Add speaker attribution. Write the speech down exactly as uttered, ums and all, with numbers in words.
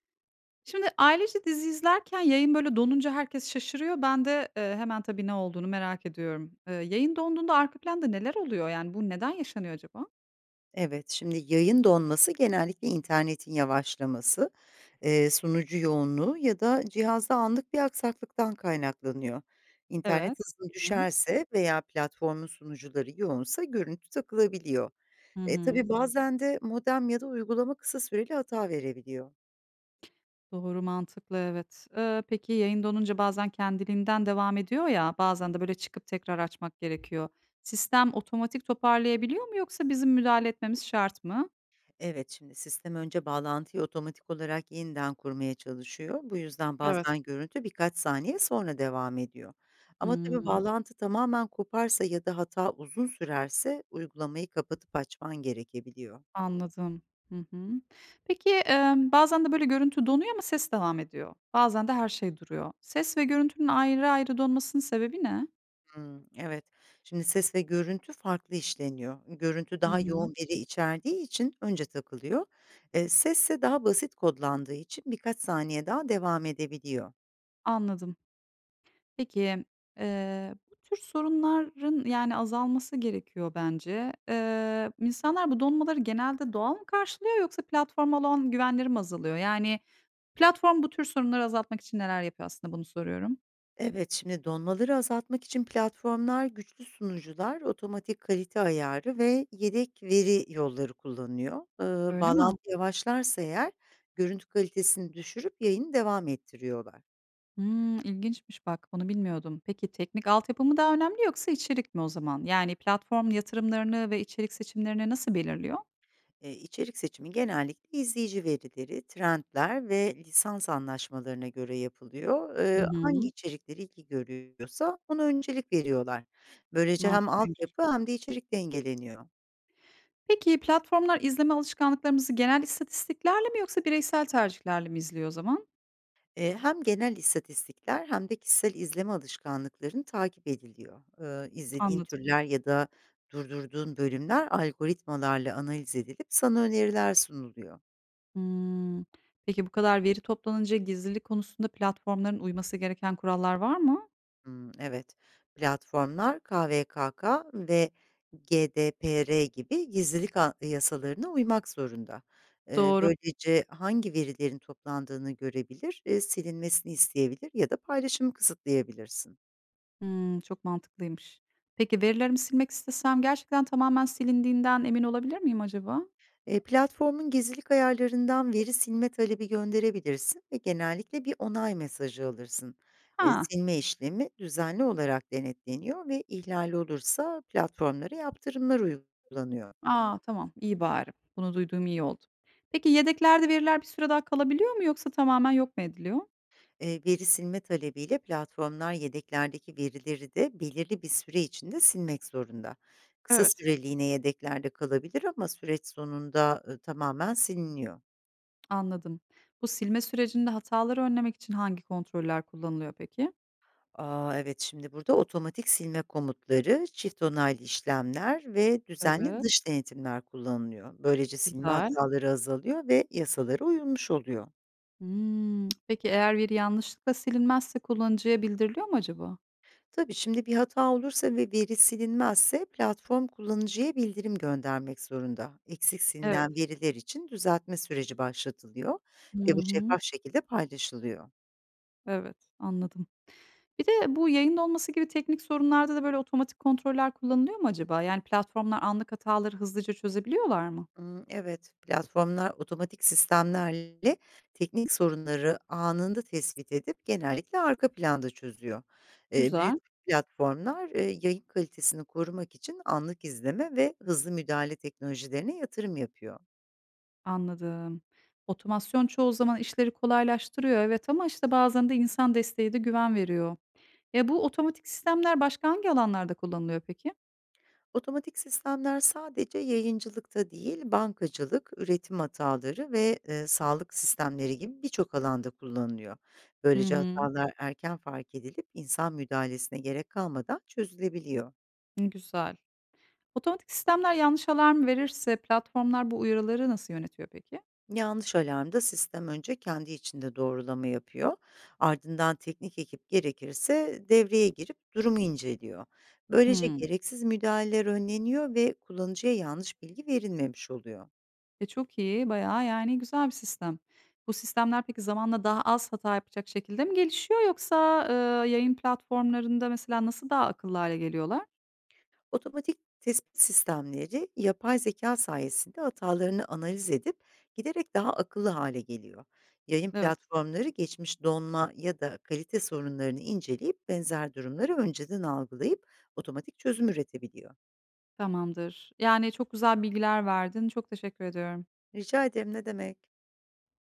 Speaker 1: Şimdi ailece dizi izlerken yayın böyle donunca herkes şaşırıyor. Ben de, eee, hemen tabii ne olduğunu merak ediyorum. Eee, yayın donduğunda arka planda neler oluyor? Yani, bu neden yaşanıyor acaba?
Speaker 2: Evet, şimdi yayın donması genellikle internetin yavaşlaması, eee, sunucu yoğunluğu ya da cihazda anlık bir aksaklıktan kaynaklanıyor. İnternet
Speaker 1: Evet.
Speaker 2: hızı
Speaker 1: Hı hı.
Speaker 2: düşerse veya platformun sunucuları yoğunsa görüntü takılabiliyor.
Speaker 1: Hı
Speaker 2: E, tabii
Speaker 1: hı.
Speaker 2: bazen de modem ya da uygulama kısa süreli hata verebiliyor.
Speaker 1: Doğru, mantıklı, evet. Eee, peki yayın donunca bazen kendiliğinden devam ediyor ya, bazen de böyle çıkıp tekrar açmak gerekiyor. Sistem otomatik toparlayabiliyor mu yoksa bizim müdahale etmemiz şart mı?
Speaker 2: Evet, şimdi sistem önce bağlantıyı otomatik olarak yeniden kurmaya çalışıyor. Bu yüzden
Speaker 1: Evet.
Speaker 2: bazen görüntü birkaç saniye sonra devam ediyor. Ama
Speaker 1: Hıı.
Speaker 2: tabii bağlantı tamamen koparsa ya da hata uzun sürerse uygulamayı kapatıp açman gerekebiliyor.
Speaker 1: Anladım. Hı hı. Peki, emm, bazen de böyle görüntü donuyor ama ses devam ediyor. Bazen de her şey duruyor. Ses ve görüntünün ayrı ayrı donmasının sebebi ne?
Speaker 2: Hmm, evet. Şimdi ses ve görüntü farklı işleniyor. Görüntü
Speaker 1: Hı
Speaker 2: daha
Speaker 1: hı.
Speaker 2: yoğun veri içerdiği için önce takılıyor. E, ses ise daha basit kodlandığı için birkaç saniye daha devam edebiliyor.
Speaker 1: Anladım. Peki, eee, bu tür sorunların, yani, azalması gerekiyor bence. Eee, insanlar bu donmaları genelde doğal mı karşılıyor yoksa platforma olan güvenleri mi azalıyor? Yani, platform bu tür sorunları azaltmak için neler yapıyor aslında, bunu soruyorum.
Speaker 2: Evet, şimdi donmaları azaltmak için platformlar, güçlü sunucular, otomatik kalite ayarı ve yedek veri yolları kullanıyor. Ee,
Speaker 1: Öyle mi?
Speaker 2: bağlantı yavaşlarsa eğer görüntü kalitesini düşürüp yayını devam ettiriyorlar.
Speaker 1: Hımm, ilginçmiş bak, bunu bilmiyordum. Peki teknik altyapı mı daha önemli yoksa içerik mi o zaman? Yani platform yatırımlarını ve içerik seçimlerini nasıl belirliyor?
Speaker 2: Ee, içerik seçimi genellikle izleyici verileri, trendler ve lisans anlaşmalarına göre yapılıyor.
Speaker 1: Hı
Speaker 2: Ee, hangi
Speaker 1: hı.
Speaker 2: içerikleri ilgi görüyorsa ona öncelik veriyorlar. Böylece hem
Speaker 1: Mantıklıymış.
Speaker 2: altyapı hem de içerik dengeleniyor.
Speaker 1: Peki platformlar izleme alışkanlıklarımızı genel istatistiklerle mi yoksa bireysel tercihlerle mi izliyor o zaman?
Speaker 2: Eee, hem genel istatistikler hem de kişisel izleme alışkanlıkların takip ediliyor. Eee, izlediğin
Speaker 1: Anladım.
Speaker 2: türler ya da durdurduğun bölümler algoritmalarla analiz edilip sana öneriler sunuluyor.
Speaker 1: Hımm. Peki bu kadar veri toplanınca gizlilik konusunda platformların uyması gereken kurallar var mı?
Speaker 2: Hmm, evet, platformlar K V K K ve G D P R gibi gizlilik a- yasalarına uymak zorunda. Eee,
Speaker 1: Doğru.
Speaker 2: böylece hangi verilerin toplandığını görebilir, e, silinmesini isteyebilir ya da paylaşımı kısıtlayabilirsin.
Speaker 1: Hımm, çok mantıklıymış. Peki verilerimi silmek istesem gerçekten tamamen silindiğinden emin olabilir miyim acaba?
Speaker 2: Eee, platformun gizlilik ayarlarından veri silme talebi gönderebilirsin ve genellikle bir onay mesajı alırsın. Eee,
Speaker 1: Ha.
Speaker 2: silme işlemi düzenli olarak denetleniyor ve ihlal olursa platformlara yaptırımlar uygulanıyor.
Speaker 1: A! Tamam, iyi bari. Bunu duyduğum iyi oldu. Peki yedeklerde veriler bir süre daha kalabiliyor mu yoksa tamamen yok mu ediliyor?
Speaker 2: Eee, veri silme talebiyle platformlar yedeklerdeki verileri de belirli bir süre içinde silmek zorunda. Kısa
Speaker 1: Evet.
Speaker 2: süreliğine yedeklerde kalabilir ama süreç sonunda, ııı, tamamen siliniyor.
Speaker 1: Anladım. Bu silme sürecinde hataları önlemek için hangi kontroller kullanılıyor peki?
Speaker 2: A, evet, şimdi burada otomatik silme komutları, çift onaylı işlemler ve düzenli
Speaker 1: Evet,
Speaker 2: dış denetimler kullanılıyor. Böylece silme
Speaker 1: güzel.
Speaker 2: hataları azalıyor ve yasalara uyulmuş oluyor.
Speaker 1: Hımm. Peki eğer veri yanlışlıkla silinmezse kullanıcıya bildiriliyor mu acaba?
Speaker 2: Tabii şimdi bir hata olursa ve veri silinmezse platform kullanıcıya bildirim göndermek zorunda. Eksik
Speaker 1: Evet.
Speaker 2: silinen veriler için düzeltme süreci başlatılıyor
Speaker 1: Hı
Speaker 2: ve bu
Speaker 1: hı.
Speaker 2: şeffaf şekilde paylaşılıyor.
Speaker 1: Evet. Anladım. Bir de bu yayında olması gibi teknik sorunlarda da böyle otomatik kontroller kullanılıyor mu acaba? Yani platformlar anlık hataları hızlıca çözebiliyorlar mı?
Speaker 2: Imm, evet, platformlar otomatik sistemlerle teknik sorunları anında tespit edip genellikle arka planda çözüyor. Eee,
Speaker 1: Güzel.
Speaker 2: büyük platformlar, eee, yayın kalitesini korumak için anlık izleme ve hızlı müdahale teknolojilerine yatırım yapıyor.
Speaker 1: Anladım. Otomasyon çoğu zaman işleri kolaylaştırıyor, evet ama, işte, bazen de insan desteği de güven veriyor. E, bu otomatik sistemler başka hangi alanlarda kullanılıyor peki?
Speaker 2: Otomatik sistemler sadece yayıncılıkta değil, bankacılık, üretim hataları ve, eee, sağlık sistemleri gibi birçok alanda kullanılıyor.
Speaker 1: Hı
Speaker 2: Böylece
Speaker 1: hı.
Speaker 2: hatalar erken fark edilip insan müdahalesine gerek kalmadan çözülebiliyor.
Speaker 1: Güzel. Otomatik sistemler yanlış alarm verirse platformlar bu uyarıları nasıl yönetiyor peki?
Speaker 2: Yanlış alarmda sistem önce kendi içinde doğrulama yapıyor. Ardından teknik ekip gerekirse devreye girip durumu inceliyor. Böylece
Speaker 1: Hımm.
Speaker 2: gereksiz müdahaleler önleniyor ve kullanıcıya yanlış bilgi verilmemiş oluyor.
Speaker 1: E, çok iyi, bayağı, yani, güzel bir sistem. Bu sistemler peki zamanla daha az hata yapacak şekilde mi gelişiyor yoksa, eee, yayın platformlarında mesela nasıl daha akıllı hale geliyorlar?
Speaker 2: Otomatik tespit sistemleri yapay zeka sayesinde hatalarını analiz edip giderek daha akıllı hale geliyor. Yayın
Speaker 1: Evet.
Speaker 2: platformları geçmiş donma ya da kalite sorunlarını inceleyip benzer durumları önceden algılayıp otomatik çözüm üretebiliyor.
Speaker 1: Tamamdır. Yani, çok güzel bilgiler verdin. Çok teşekkür ediyorum.
Speaker 2: Rica ederim, ne demek.